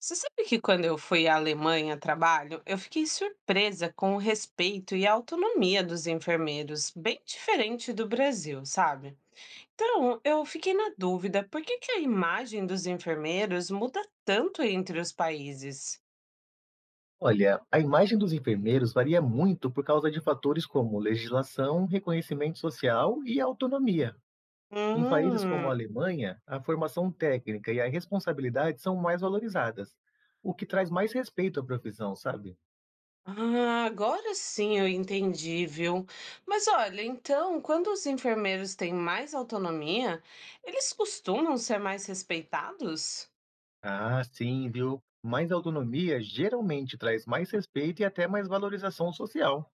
Você sabe que quando eu fui à Alemanha a trabalho, eu fiquei surpresa com o respeito e a autonomia dos enfermeiros, bem diferente do Brasil, sabe? Então, eu fiquei na dúvida, por que que a imagem dos enfermeiros muda tanto entre os países? Olha, a imagem dos enfermeiros varia muito por causa de fatores como legislação, reconhecimento social e autonomia. Em países como a Hum. Alemanha, a formação técnica e a responsabilidade são mais valorizadas, o que traz mais respeito à profissão, sabe? Ah, agora sim eu entendi, viu? Mas olha, então, quando os enfermeiros têm mais autonomia, eles costumam ser mais respeitados? Ah, sim, viu? Mais autonomia geralmente traz mais respeito e até mais valorização social.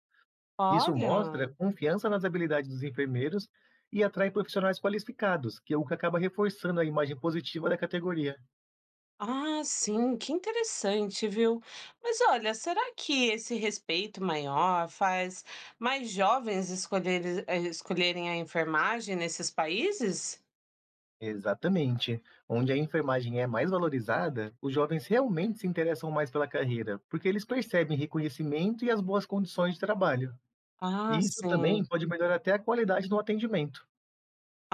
Isso Olha. mostra confiança nas habilidades dos enfermeiros e atrai profissionais qualificados, que é o que acaba reforçando a imagem positiva da categoria. Ah, sim, que interessante, viu? Mas olha, será que esse respeito maior faz mais jovens escolherem, escolherem a enfermagem nesses países? Exatamente. Onde a enfermagem é mais valorizada, os jovens realmente se interessam mais pela carreira, porque eles percebem reconhecimento e as boas condições de trabalho. Ah, E isso também sim. pode melhorar até a qualidade do atendimento.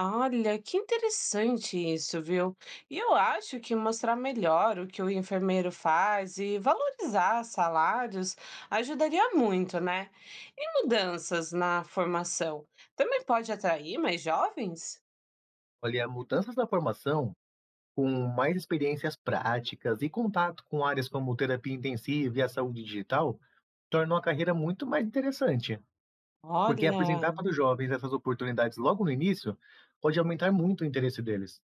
Olha, que interessante isso, viu? E eu acho que mostrar melhor o que o enfermeiro faz e valorizar salários ajudaria muito, né? E mudanças na formação também pode atrair mais jovens? Olha, mudanças na formação, com mais experiências práticas e contato com áreas como terapia intensiva e a saúde digital, tornam a carreira muito mais interessante. Porque apresentar Olha. para os jovens essas oportunidades logo no início pode aumentar muito o interesse deles.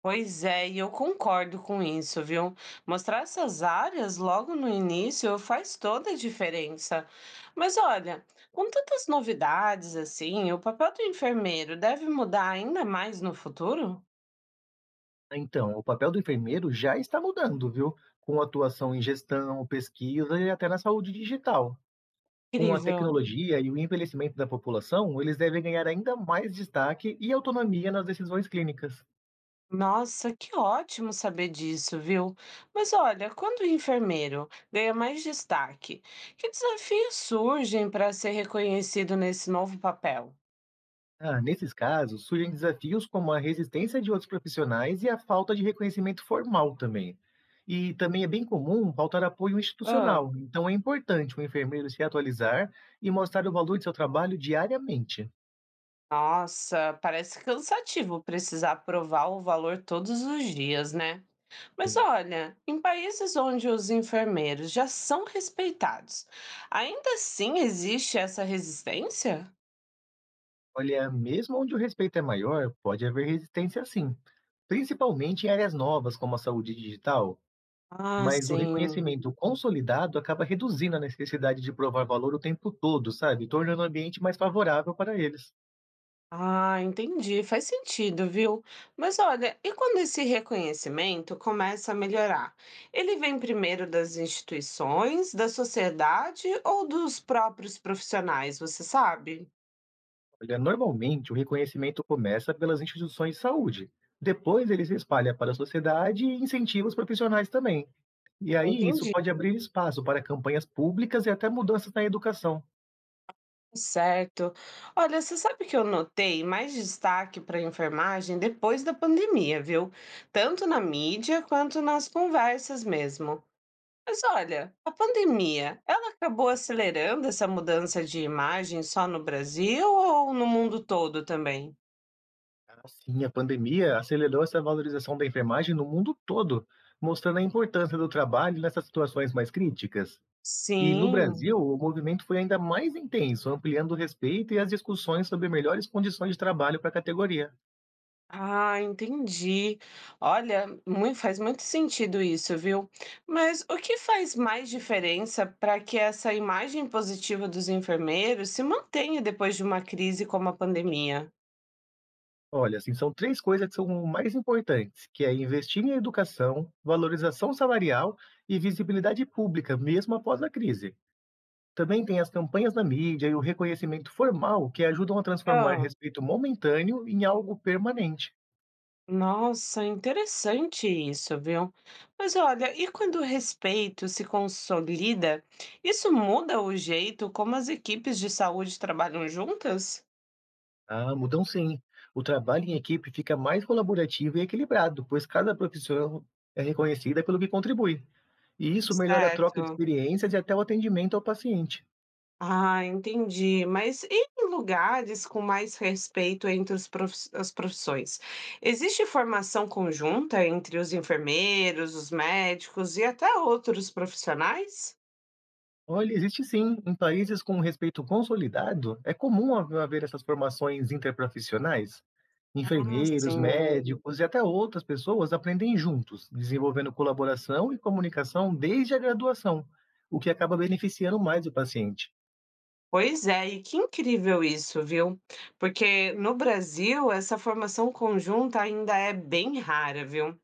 Pois é, e eu concordo com isso, viu? Mostrar essas áreas logo no início faz toda a diferença. Mas olha, com tantas novidades assim, o papel do enfermeiro deve mudar ainda mais no futuro? Então, o papel do enfermeiro já está mudando, viu? Com atuação em gestão, pesquisa e até na saúde digital. Com a Incrível. tecnologia e o envelhecimento da população, eles devem ganhar ainda mais destaque e autonomia nas decisões clínicas. Nossa, que ótimo saber disso, viu? Mas olha, quando o enfermeiro ganha mais destaque, que desafios surgem para ser reconhecido nesse novo papel? Ah, nesses casos, surgem desafios como a resistência de outros profissionais e a falta de reconhecimento formal também. E também é bem comum faltar apoio institucional, então é importante o enfermeiro se atualizar e mostrar o valor de seu trabalho diariamente. Nossa, parece cansativo precisar provar o valor todos os dias, né? Mas olha, em países onde os enfermeiros já são respeitados, ainda assim existe essa resistência? Olha, mesmo onde o respeito é maior, pode haver resistência sim, principalmente em áreas novas como a saúde digital, Ah, mas o Uhum. sim. reconhecimento consolidado acaba reduzindo a necessidade de provar valor o tempo todo, sabe? Tornando o ambiente mais favorável para eles. Ah, entendi. Faz sentido, viu? Mas olha, e quando esse reconhecimento começa a melhorar? Ele vem primeiro das instituições, da sociedade ou dos próprios profissionais, você sabe? Olha, normalmente o reconhecimento começa pelas instituições de saúde. Depois ele se espalha para a sociedade e incentiva os profissionais também. E aí isso Entendi. pode abrir espaço para campanhas públicas e até mudanças na educação. Certo. Olha, você sabe que eu notei mais destaque para a enfermagem depois da pandemia, viu? Tanto na mídia quanto nas conversas mesmo. Mas olha, a pandemia, ela acabou acelerando essa mudança de imagem só no Brasil ou no mundo todo também? Sim, a pandemia acelerou essa valorização da enfermagem no mundo todo, mostrando a importância do trabalho nessas situações mais críticas. E no Sim. Brasil, o movimento foi ainda mais intenso, ampliando o respeito e as discussões sobre melhores condições de trabalho para a categoria. Ah, entendi. Olha, mui faz muito sentido isso, viu. Mas o que faz mais diferença para que essa imagem positiva dos enfermeiros se mantenha depois de uma crise como a pandemia? Olha, assim, são três coisas que são mais importantes, que é investir em educação, valorização salarial e visibilidade pública, mesmo após a crise. Também tem as campanhas na mídia e o reconhecimento formal que ajudam a transformar Ah. respeito momentâneo em algo permanente. Nossa, interessante isso, viu. Mas olha, e quando o respeito se consolida, isso muda o jeito como as equipes de saúde trabalham juntas? Ah, mudam sim. O trabalho em equipe fica mais colaborativo e equilibrado, pois cada profissão é reconhecida pelo que contribui. E isso melhora a troca de Certo. experiências e até o atendimento ao paciente. Ah, entendi. Mas em lugares com mais respeito entre os as profissões, existe formação conjunta entre os enfermeiros, os médicos e até outros profissionais? Olha, existe sim. Em países com respeito consolidado, é comum haver essas formações interprofissionais. Ah, Enfermeiros, sim. médicos e até outras pessoas aprendem juntos, desenvolvendo colaboração e comunicação desde a graduação, o que acaba beneficiando mais o paciente. Pois é, e que incrível isso, viu? Porque no Brasil essa formação conjunta ainda é bem rara, viu?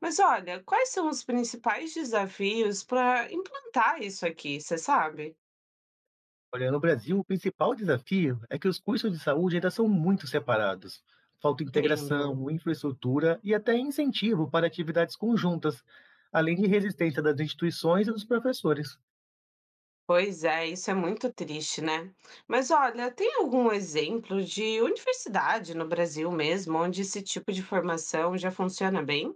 Mas olha, quais são os principais desafios para implantar isso aqui, você sabe? Olha, no Brasil, o principal desafio é que os custos de saúde ainda são muito separados. Falta Entendo. integração, infraestrutura e até incentivo para atividades conjuntas, além de resistência das instituições e dos professores. Pois é, isso é muito triste, né? Mas olha, tem algum exemplo de universidade no Brasil mesmo, onde esse tipo de formação já funciona bem?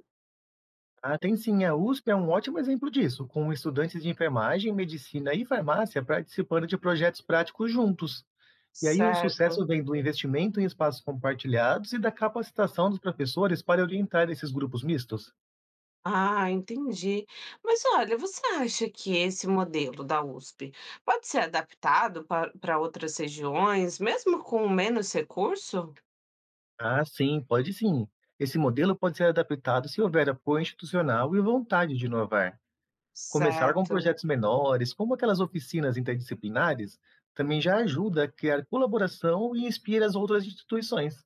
Ah, tem sim, a USP é um ótimo exemplo disso, com estudantes de enfermagem, medicina e farmácia participando de projetos práticos juntos. E aí o Certo. sucesso vem do investimento em espaços compartilhados e da capacitação dos professores para orientar esses grupos mistos. Ah, entendi. Mas olha, você acha que esse modelo da USP pode ser adaptado para outras regiões, mesmo com menos recurso? Ah, sim, pode sim. Esse modelo pode ser adaptado se houver apoio institucional e vontade de inovar. Começar com Certo. projetos menores, como aquelas oficinas interdisciplinares, também já ajuda a criar colaboração e inspira as outras instituições.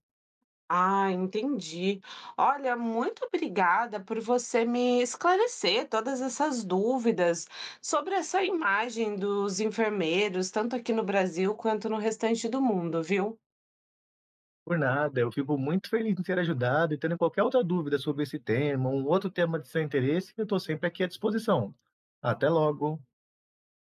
Ah, entendi. Olha, muito obrigada por você me esclarecer todas essas dúvidas sobre essa imagem dos enfermeiros, tanto aqui no Brasil quanto no restante do mundo, viu? Por nada, eu fico muito feliz em ser ajudado e tendo qualquer outra dúvida sobre esse tema, um outro tema de seu interesse, eu estou sempre aqui à disposição. Até logo!